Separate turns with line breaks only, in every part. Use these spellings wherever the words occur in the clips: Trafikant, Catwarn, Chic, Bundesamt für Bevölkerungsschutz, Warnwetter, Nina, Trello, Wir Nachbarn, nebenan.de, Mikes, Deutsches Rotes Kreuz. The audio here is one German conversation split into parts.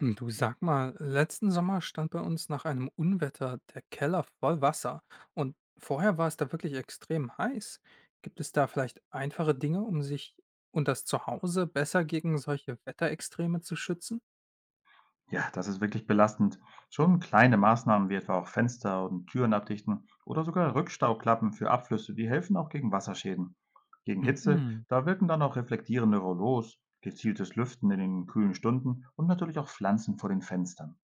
Du, sag mal, letzten Sommer stand bei uns nach einem Unwetter der Keller voll Wasser und vorher war es da wirklich extrem heiß. Gibt es da vielleicht einfache Dinge, um sich und das Zuhause besser gegen solche Wetterextreme zu schützen?
Ja, das ist wirklich belastend. Schon kleine Maßnahmen wie etwa auch Fenster und Türen abdichten oder sogar Rückstauklappen für Abflüsse, die helfen auch gegen Wasserschäden. Gegen Hitze,
Mhm.
da wirken dann auch reflektierende Rollos, gezieltes Lüften in den kühlen Stunden und natürlich auch Pflanzen vor den Fenstern.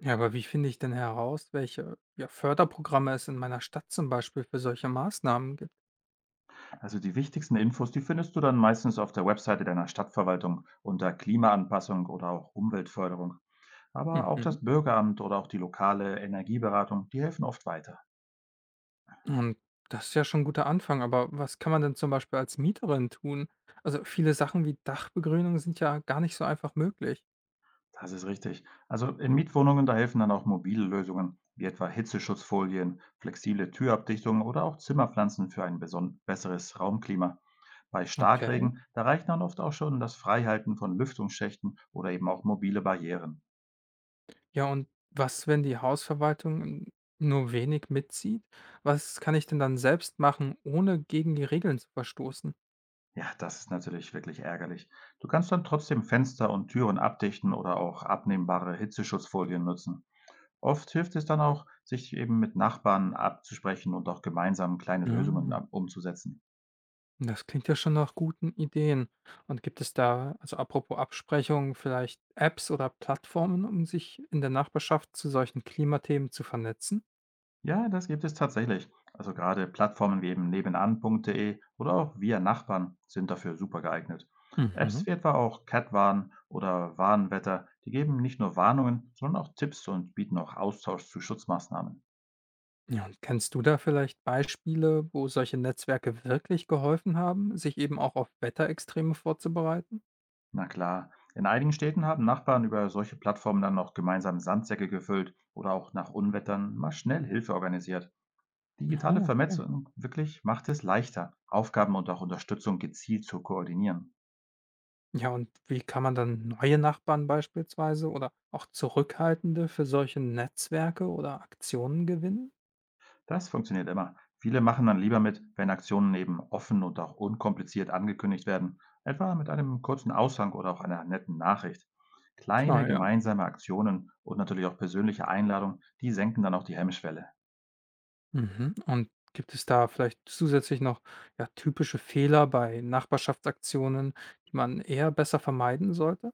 Ja, aber wie finde ich denn heraus, welche Förderprogramme es in meiner Stadt zum Beispiel für solche Maßnahmen gibt?
Also die wichtigsten Infos, die findest du dann meistens auf der Webseite deiner Stadtverwaltung unter Klimaanpassung oder auch Umweltförderung. Aber auch
Mhm.
das Bürgeramt oder auch die lokale Energieberatung, die helfen oft weiter.
Und das ist ja schon 'n guter Anfang, aber was kann man denn zum Beispiel als Mieterin tun? Also, viele Sachen wie Dachbegrünung sind ja gar nicht so einfach möglich.
Das ist richtig. Also in Mietwohnungen, da helfen dann auch mobile Lösungen, wie etwa Hitzeschutzfolien, flexible Türabdichtungen oder auch Zimmerpflanzen für ein besseres Raumklima. Bei
Okay.
Starkregen, da reicht dann oft auch schon das Freihalten von Lüftungsschächten oder eben auch mobile Barrieren.
Ja, und was, wenn die Hausverwaltung nur wenig mitzieht? Was kann ich denn dann selbst machen, ohne gegen die Regeln zu verstoßen?
Ja, das ist natürlich wirklich ärgerlich. Du kannst dann trotzdem Fenster und Türen abdichten oder auch abnehmbare Hitzeschutzfolien nutzen. Oft hilft es dann auch, sich eben mit Nachbarn abzusprechen und auch gemeinsam kleine Lösungen
Ah.
umzusetzen.
Das klingt ja schon nach guten Ideen. Und gibt es da, also apropos Absprechungen, vielleicht Apps oder Plattformen, um sich in der Nachbarschaft zu solchen Klimathemen zu vernetzen?
Ja, das gibt es tatsächlich. Also gerade Plattformen wie eben nebenan.de oder auch Wir Nachbarn sind dafür super geeignet. Apps
Mhm.
wie etwa auch Catwarn oder Warnwetter, die geben nicht nur Warnungen, sondern auch Tipps und bieten auch Austausch zu Schutzmaßnahmen.
Ja, und kennst du da vielleicht Beispiele, wo solche Netzwerke wirklich geholfen haben, sich eben auch auf Wetterextreme vorzubereiten?
Na klar, in einigen Städten haben Nachbarn über solche Plattformen dann auch gemeinsam Sandsäcke gefüllt oder auch nach Unwettern mal schnell Hilfe organisiert. Digitale
Ah, okay.
Vernetzung wirklich macht es leichter, Aufgaben und auch Unterstützung gezielt zu koordinieren.
Ja, und wie kann man dann neue Nachbarn beispielsweise oder auch Zurückhaltende für solche Netzwerke oder Aktionen gewinnen?
Das funktioniert immer. Viele machen dann lieber mit, wenn Aktionen eben offen und auch unkompliziert angekündigt werden, etwa mit einem kurzen Aushang oder auch einer netten Nachricht. Kleine
Klar, ja.
gemeinsame Aktionen und natürlich auch persönliche Einladungen, die senken dann auch die Hemmschwelle.
Mhm. Und gibt es da vielleicht zusätzlich noch ja, typische Fehler bei Nachbarschaftsaktionen, die man eher besser vermeiden sollte?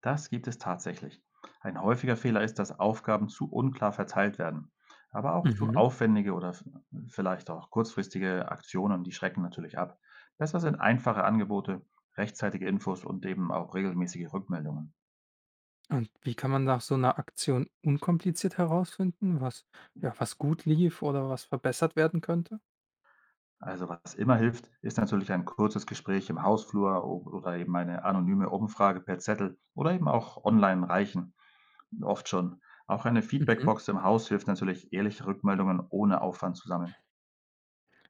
Das gibt es tatsächlich. Ein häufiger Fehler ist, dass Aufgaben zu unklar verteilt werden, aber auch zu
Mhm.
aufwendige vielleicht auch kurzfristige Aktionen, die schrecken natürlich ab. Besser sind einfache Angebote, rechtzeitige Infos und eben auch regelmäßige Rückmeldungen.
Und wie kann man nach so einer Aktion unkompliziert herausfinden, was ja, was gut lief oder was verbessert werden könnte?
Also, was immer hilft, ist natürlich ein kurzes Gespräch im Hausflur o oder eben eine anonyme Umfrage per Zettel oder eben auch online reichen oft schon. Auch eine
Mhm.
Feedbackbox im Haus hilft natürlich, ehrliche Rückmeldungen ohne Aufwand zu sammeln.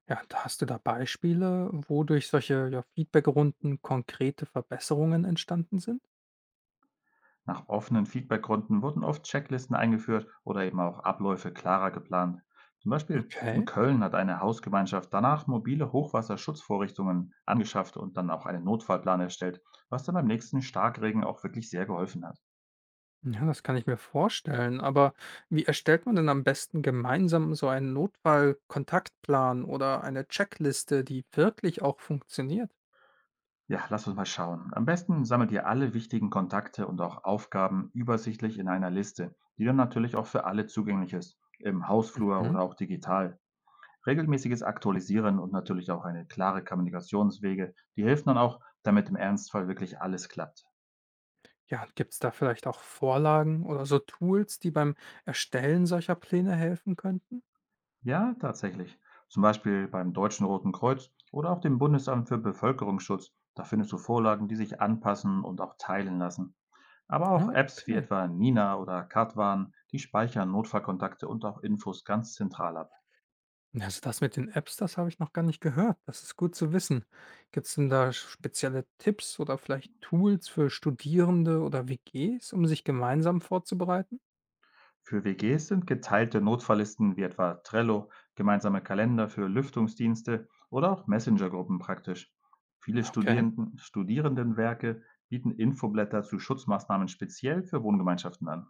Ja, da hast du da Beispiele, wo durch solche Feedbackrunden konkrete Verbesserungen entstanden sind?
Nach offenen Feedbackrunden wurden oft Checklisten eingeführt oder eben auch Abläufe klarer geplant. Zum Beispiel in
Okay.
Köln hat eine Hausgemeinschaft danach mobile Hochwasserschutzvorrichtungen angeschafft und dann auch einen Notfallplan erstellt, was dann beim nächsten Starkregen auch wirklich sehr geholfen hat.
Ja, das kann ich mir vorstellen, aber wie erstellt man denn am besten gemeinsam so einen Notfallkontaktplan oder eine Checkliste, die wirklich auch funktioniert?
Ja, lass uns mal schauen. Am besten sammelt ihr alle wichtigen Kontakte und auch Aufgaben übersichtlich in einer Liste, die dann natürlich auch für alle zugänglich ist, im Hausflur
Mhm.
oder auch digital. Regelmäßiges Aktualisieren und natürlich auch eine klare Kommunikationswege, die hilft dann auch, damit im Ernstfall wirklich alles klappt.
Ja, und gibt's da vielleicht auch Vorlagen oder so Tools, die beim Erstellen solcher Pläne helfen könnten?
Ja, tatsächlich. Zum Beispiel beim Deutschen Roten Kreuz oder auch dem Bundesamt für Bevölkerungsschutz. Da findest du Vorlagen, die sich anpassen und auch teilen lassen. Aber
Ah,
auch Apps wie
okay.
etwa Nina oder Katwan, die speichern Notfallkontakte und auch Infos ganz zentral ab.
Ja, also das mit den Apps, das habe ich noch gar nicht gehört. Das ist gut zu wissen. Gibt's denn da spezielle Tipps oder vielleicht Tools für Studierende oder WGs, um sich gemeinsam vorzubereiten?
Für WGs sind geteilte Notfalllisten wie etwa Trello, gemeinsame Kalender für Lüftungsdienste oder auch Messenger-Gruppen praktisch. Viele
Okay.
Studierenden, Studierendenwerke bieten Infoblätter zu Schutzmaßnahmen speziell für Wohngemeinschaften an.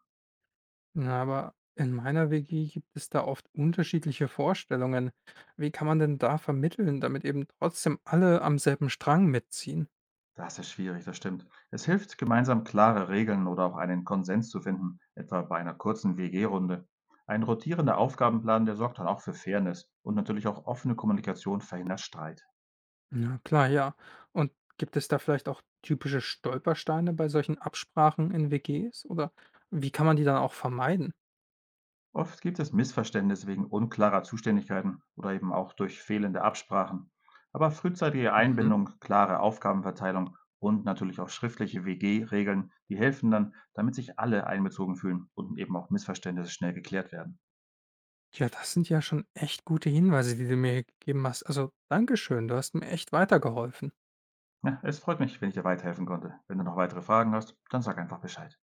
Na, aber in meiner WG gibt es da oft unterschiedliche Vorstellungen. Wie kann man denn da vermitteln, damit eben trotzdem alle am selben Strang mitziehen?
Das ist schwierig, das stimmt. Es hilft, gemeinsam klare Regeln oder auch einen Konsens zu finden, etwa bei einer kurzen WG-Runde. Ein rotierender Aufgabenplan, der sorgt dann auch für Fairness und natürlich auch offene Kommunikation verhindert Streit.
Ja, klar, ja. Und gibt es da vielleicht auch typische Stolpersteine bei solchen Absprachen in WGs oder wie kann man die dann auch vermeiden?
Oft gibt es Missverständnisse wegen unklarer Zuständigkeiten oder eben auch durch fehlende Absprachen. Aber frühzeitige
Mhm.
Einbindung, klare Aufgabenverteilung und natürlich auch schriftliche WG-Regeln, die helfen dann, damit sich alle einbezogen fühlen und eben auch Missverständnisse schnell geklärt werden.
Ja, das sind ja schon echt gute Hinweise, die du mir gegeben hast. Also, Dankeschön, du hast mir echt weitergeholfen.
Ja, es freut mich, wenn ich dir weiterhelfen konnte. Wenn du noch weitere Fragen hast, dann sag einfach Bescheid.